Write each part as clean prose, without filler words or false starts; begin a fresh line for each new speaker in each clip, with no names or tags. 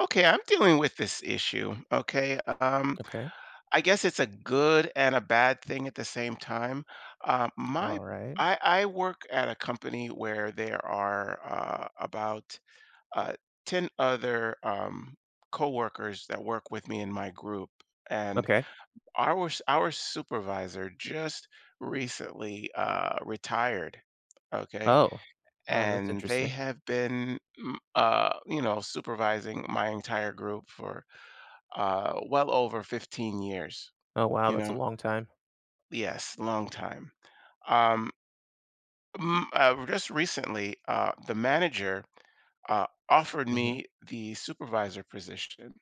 Okay, I'm dealing with this issue. Okay,
Okay.
I guess it's a good and a bad thing at the same time. Uh, my,
Alright.
I work at a company where there are about uh, ten other coworkers that work with me in my group, and
Okay.
our supervisor just recently retired. Okay,
Oh, oh, that's
and they
interesting.
have been, supervising my entire group for well over 15 years,
Oh, wow,
you
that's a
know?
long time.
Yes, long time. Um, just recently, the manager offered
Mhm.
me the supervisor position.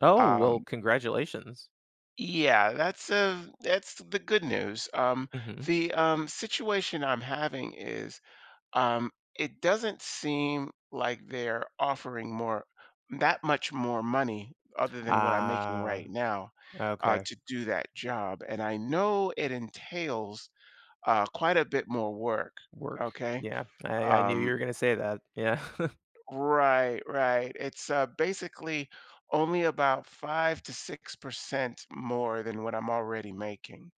Oh, well,
Um,
congratulations.
yeah, that's the good news. Um,
Mhm.
the um, situation I'm having is um, it doesn't seem like they're offering more that much more money other than what I'm making
Ah,
right now
okay.
to do that job. And I know it entails quite a bit more work.
Work.
Okay.
Yeah. I knew you
Um,
were gonna say that. Yeah.
right, right. It's basically only about 5 to 6% more than what I'm already making.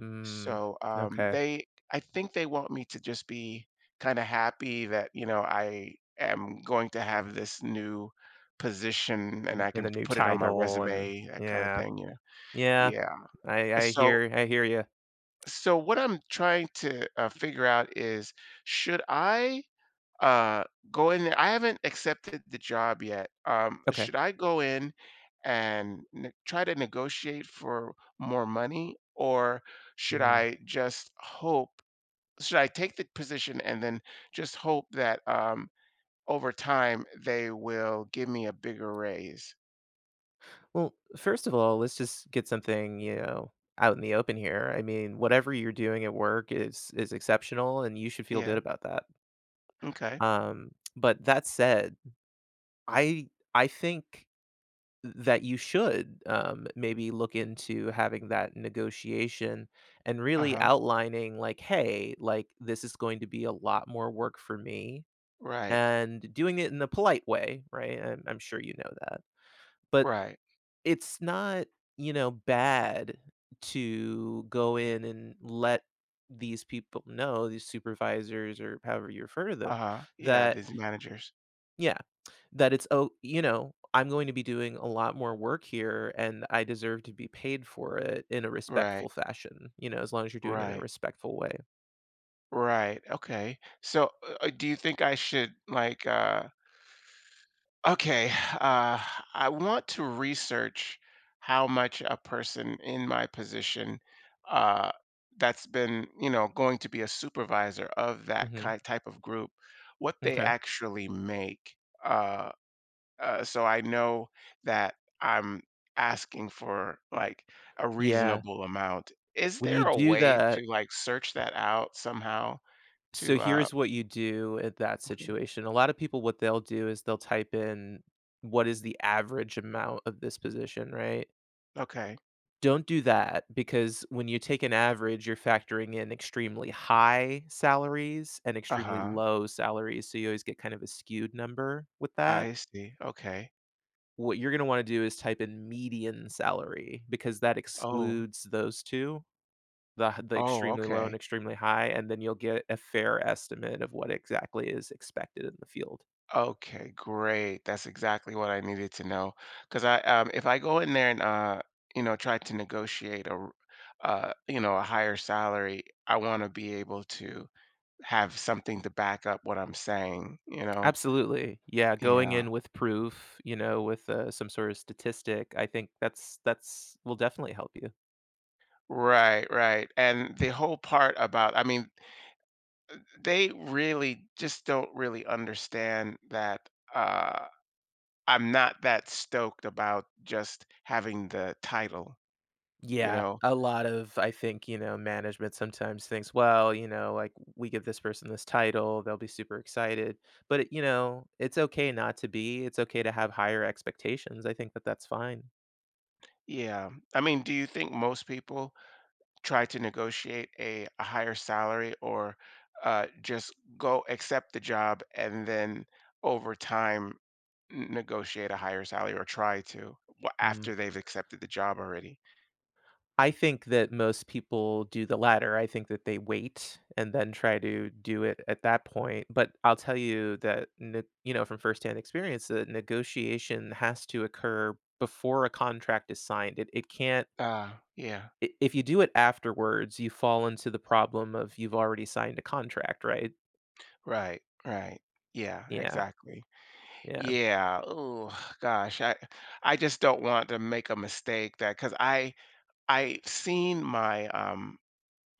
Mm,
So
okay.
I think they want me to just be kind of happy that you know I am going to have this new position and
N
I
and
can
the new
put it on my
title and
resume, that kind of
yeah.
thing. You know,
Yeah.
yeah.
I I
So
hear I hear you.
so what I'm trying to figure out is should I uh, go in there? I haven't accepted the job yet.
Okay.
Should I go in, try to negotiate for more money, or should
Mm.
I just hope should I take the position and then just hope that over time they will give me a bigger raise?
Well, first of all, let's just get something, you know, out in the open here. I mean, whatever you're doing at work is exceptional, and you should feel good
Yeah.
about that.
Okay.
But that said, I I think that you should, maybe look into having that negotiation and
Uh
really
huh.
outlining like, "Hey, like, this is going to be a lot more work for me,"
Right.
and doing it in a polite way, right? I'm sure you know that. But
Right.
it's not, you know, bad to go in and let these people know, these supervisors or however you refer to
Uh
them,
huh. Yeah.
that
These managers.
yeah, that it's, "Oh, you know, I'm going to be doing a lot more work here, and I deserve to be paid for it in a
Right.
respectful fashion," you know, as long as you're doing it in a
Right.
respectful way.
Right. Okay. So, do you think I should like Okay, uh, I want to research how much a person in my position uh, that's been, you know, going to be a supervisor of that
Mhm,
kind type of group, what they
m'kay.
actually make. Uh, so I know that I'm asking for like a
Yeah,
reasonable amount. Is
when you
there a
do
way to
that,
like search that out somehow
so
to
here's what you do at that
okay.
situation. A lot of people, what they'll do is they'll type in, "What is the average amount of this position?" Right?
Okay.
Don't do that because when you take an average, you're factoring in extremely high salaries and extremely
Uh-huh.
low salaries, so you always get kind of a skewed number with that.
I see. Okay.
What you're gonna wanna do is type in median salary because that
Oh.
excludes those 2, the
Oh,
extremely low and
okay.
extremely high, and then you'll get a fair estimate of what exactly is expected in the field.
Okay, great. That's exactly what I needed to know. If I go in there and you know, try to negotiate you know, a higher salary, I want to be able to have something to back up what I'm saying. You know?
Absolutely. Yeah, going
Yeah.
in with proof, you know, with, some sort of statistic, I think that's will definitely help you.
Right. Right. And the whole part about, I mean, they really just don't really understand that. Uh, I'm not that stoked about just having the title. You
Yeah,
know,
a lot of I think, you know, management sometimes thinks, well, you know, like we give this person this title, they'll be super excited. But, it, you know, it's okay not to be. It's okay to have higher expectations. I think that that's fine.
yeah. I mean, do you think most people try to negotiate a higher salary, or just go accept the job and then over time negotiate a higher salary, or try to
Mm.
after they've accepted the job already?
I think that most people do the latter. I think that they wait and then try to do it at that point. But I'll tell you that, you know, from firsthand experience, that negotiation has to occur before a contract is signed. It can't.
Ah, yeah.
I if you do it afterwards, you fall into the problem of you've already signed a contract, right?
Right. Right. Yeah,
Yeah,
exactly.
yeah,
Yeah. Oh gosh. I just don't want to make a mistake that because I've seen my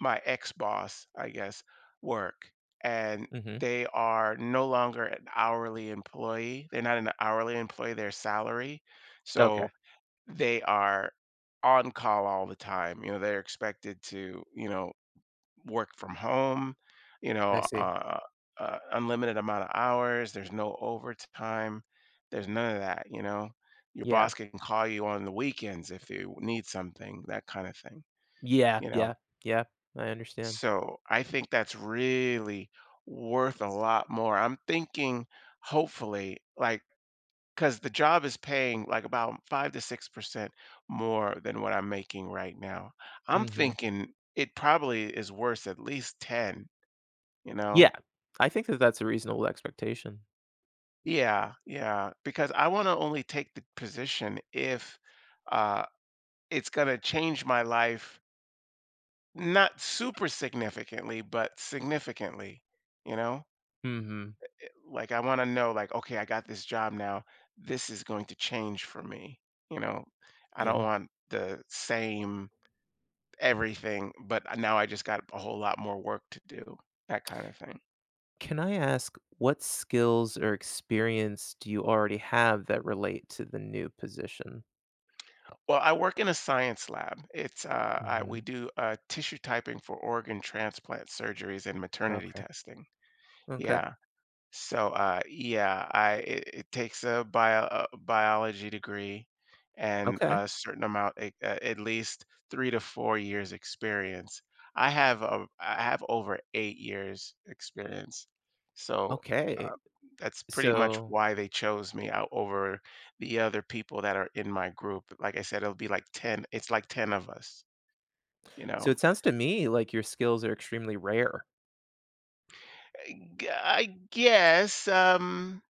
my ex-boss, I guess, work, and
mhm.
they are no longer an hourly employee. They're not an hourly employee, they're salary. So
Okay,
they are on call all the time. You know, they're expected to, you know, work from home, you
I
know,
see.
unlimited amount of hours. There's no overtime. There's none of that, you know. Your
Yeah,
boss can call you on the weekends if you need something, that kind of thing,
yeah,
you know.
yeah, yeah, I understand.
So I think that's really worth a lot more. I'm thinking, hopefully, like, because the job is paying like about 5 to 6% more than what I'm making right now. I'm
Mhm.
thinking it probably is worth at least 10, you know?
Yeah, I think that that's a reasonable expectation.
Yeah, yeah. Because I want to only take the position if uh, it's going to change my life, not super significantly, but significantly, you know?
Mhm,
Like I want to know like okay I got this job now this is going to change for me you know I don't
yeah.
want the same everything but now I just got a whole lot more work to do, that kind of thing.
Can I ask what skills or experience do you already have that relate to the new position?
Well, I work in a science lab. We
Mhm,
do tissue typing for organ transplant surgeries and maternity
okay,
testing.
okay,
Yeah. So, yeah, it takes a biology degree and
okay,
a certain amount, at least 3 to 4 years experience. I have over 8 years experience, so
okay.
uh, that's pretty much
So
why they chose me out over the other people that are in my group. Like I said, it'll be like ten. It's like ten of us, you
so
know.
it sounds to me like your skills are extremely rare.
I, I guess.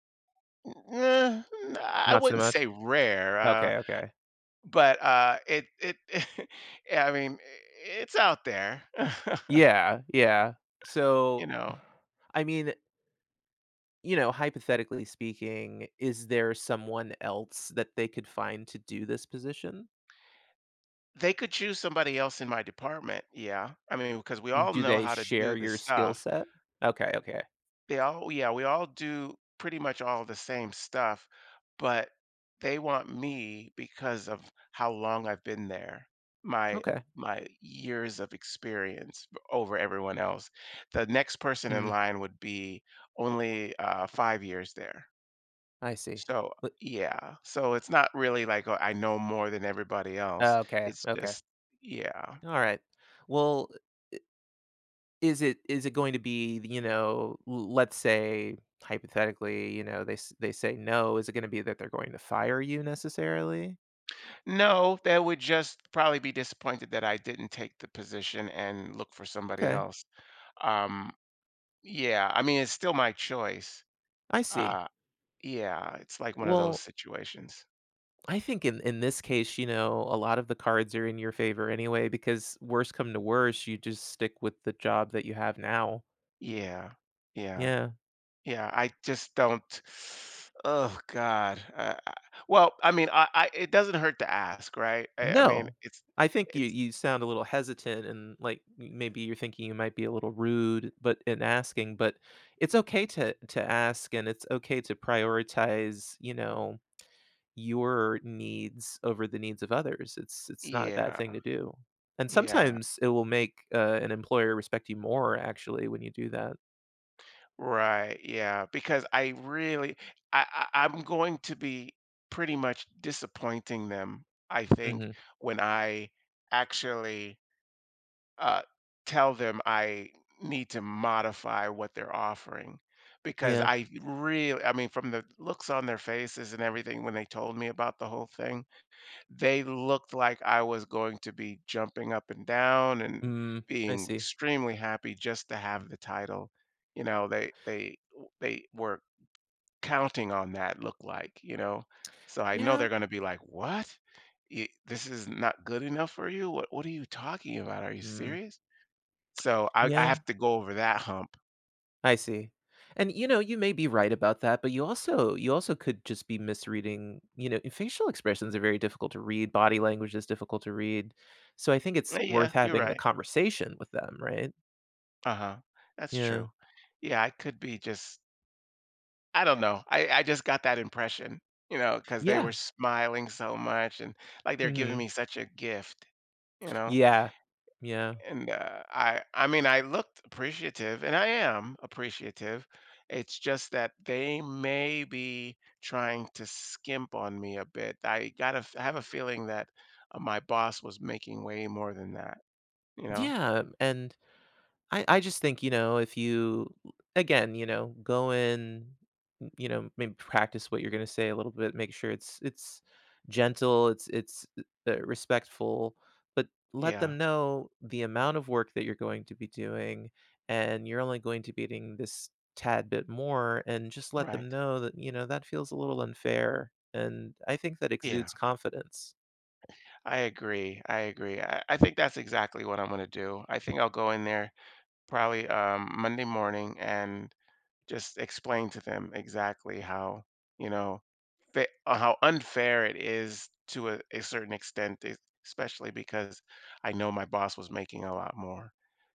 Eh, I
Not so
wouldn't
much?
say rare,
Okay, okay.
but it it I mean it's out there.
Yeah, yeah.
You
So,
know,
I mean, you know, hypothetically speaking, is there someone else that they could find to do this position?
they could choose somebody else in my department. Yeah, I mean because we all
Do
know
they
how to do
share
this
your skill
stuff.
set? Okay, okay.
They all yeah, we all do pretty much all the same stuff, but they want me because of how long I've been there, my
Okay.
my years of experience over everyone else. The next person in
Hmm,
line would be only 5 years there.
I see.
So
But
yeah, so it's not really like oh, I know more than everybody else.
okay,
It's
okay.
just yeah.
Alright. Well, is it going to be, you know, l let's say, hypothetically, you know, they say no, is it gonna be that they're going to fire you necessarily?
No, they would just probably be disappointed that I didn't take the position and look for somebody
Okay,
else. Um, yeah, I mean, it's still my choice.
I see.
Uh, yeah, it's like one of those
Well,
situations.
I think in this case, you know, a lot of the cards are in your favor anyway because worse come to worse, you just stick with the job that you have now.
Yeah, yeah,
Yeah.
yeah. I just don't. Oh God. Well, I mean, I it doesn't hurt to ask, right? I mean,
No. I think you
it's
sound a little hesitant and like maybe you're thinking you might be a little rude but in asking, but it's okay to ask and it's okay to prioritize, you know, your needs over the needs of others. It's not a bad
yeah,
thing to do. And
yeah,
sometimes it will make, an employer respect you more actually when you do that.
right, yeah. Because I really, I, I I'm going to be pretty much disappointing them. I think
Mhm.
when I actually uh, tell them I need to modify what they're offering because
Yeah.
I really, I mean, from the looks on their faces and everything when they told me about the whole thing, they looked like I was going to be jumping up and down and
Mm, I
being
see.
extremely happy just to have the title. You know, they were counting on that look like, you know. So I know they're
Yeah.
going to be like, "What? This is not good enough for you? What are you talking about? Are you
Mm,
serious?" So I
yeah,
have to go over that hump.
I see. And, you know, you may be right about that, but you also could just be misreading, you know, facial expressions are very difficult to read, body language is difficult to read. So I think it's
Yeah,
worth
you're
having the
right.
conversation with them, right?
Uh-huh. That's
Yeah.
true. Yeah, I could be just I don't know. I just got that impression, you know, cuz they
Yeah.
were smiling so much and like they're giving
Mhm.
me such a gift, you know.
Yeah. Yeah.
And I mean, I looked appreciative and I am appreciative. It's just that they may be trying to skimp on me a bit. I got to have a feeling that my boss was making way more than that, you know.
Yeah, and I just think, you know, if you again, you know, go in, you know, maybe practice what you're going to say a little bit, make sure it's gentle, it's respectful, but let
Yeah.
them know the amount of work that you're going to be doing and you're only going to be eating this tad bit more and just let them
Right.
know that, you know, that feels a little unfair. And I think that
Yeah,
exudes confidence.
I agree. I agree. I think that's exactly what I'm going to do. I think I'll go in there probably Monday morning and just explain to them exactly how, you know, how unfair it is to a certain extent, especially because I know my boss was making a lot more.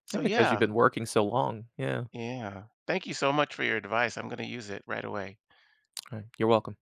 So,
And because you've
yeah,
been working so long. Yeah.
yeah. Thank you so much for your advice. I'm going to use it right away.
All right. You're welcome.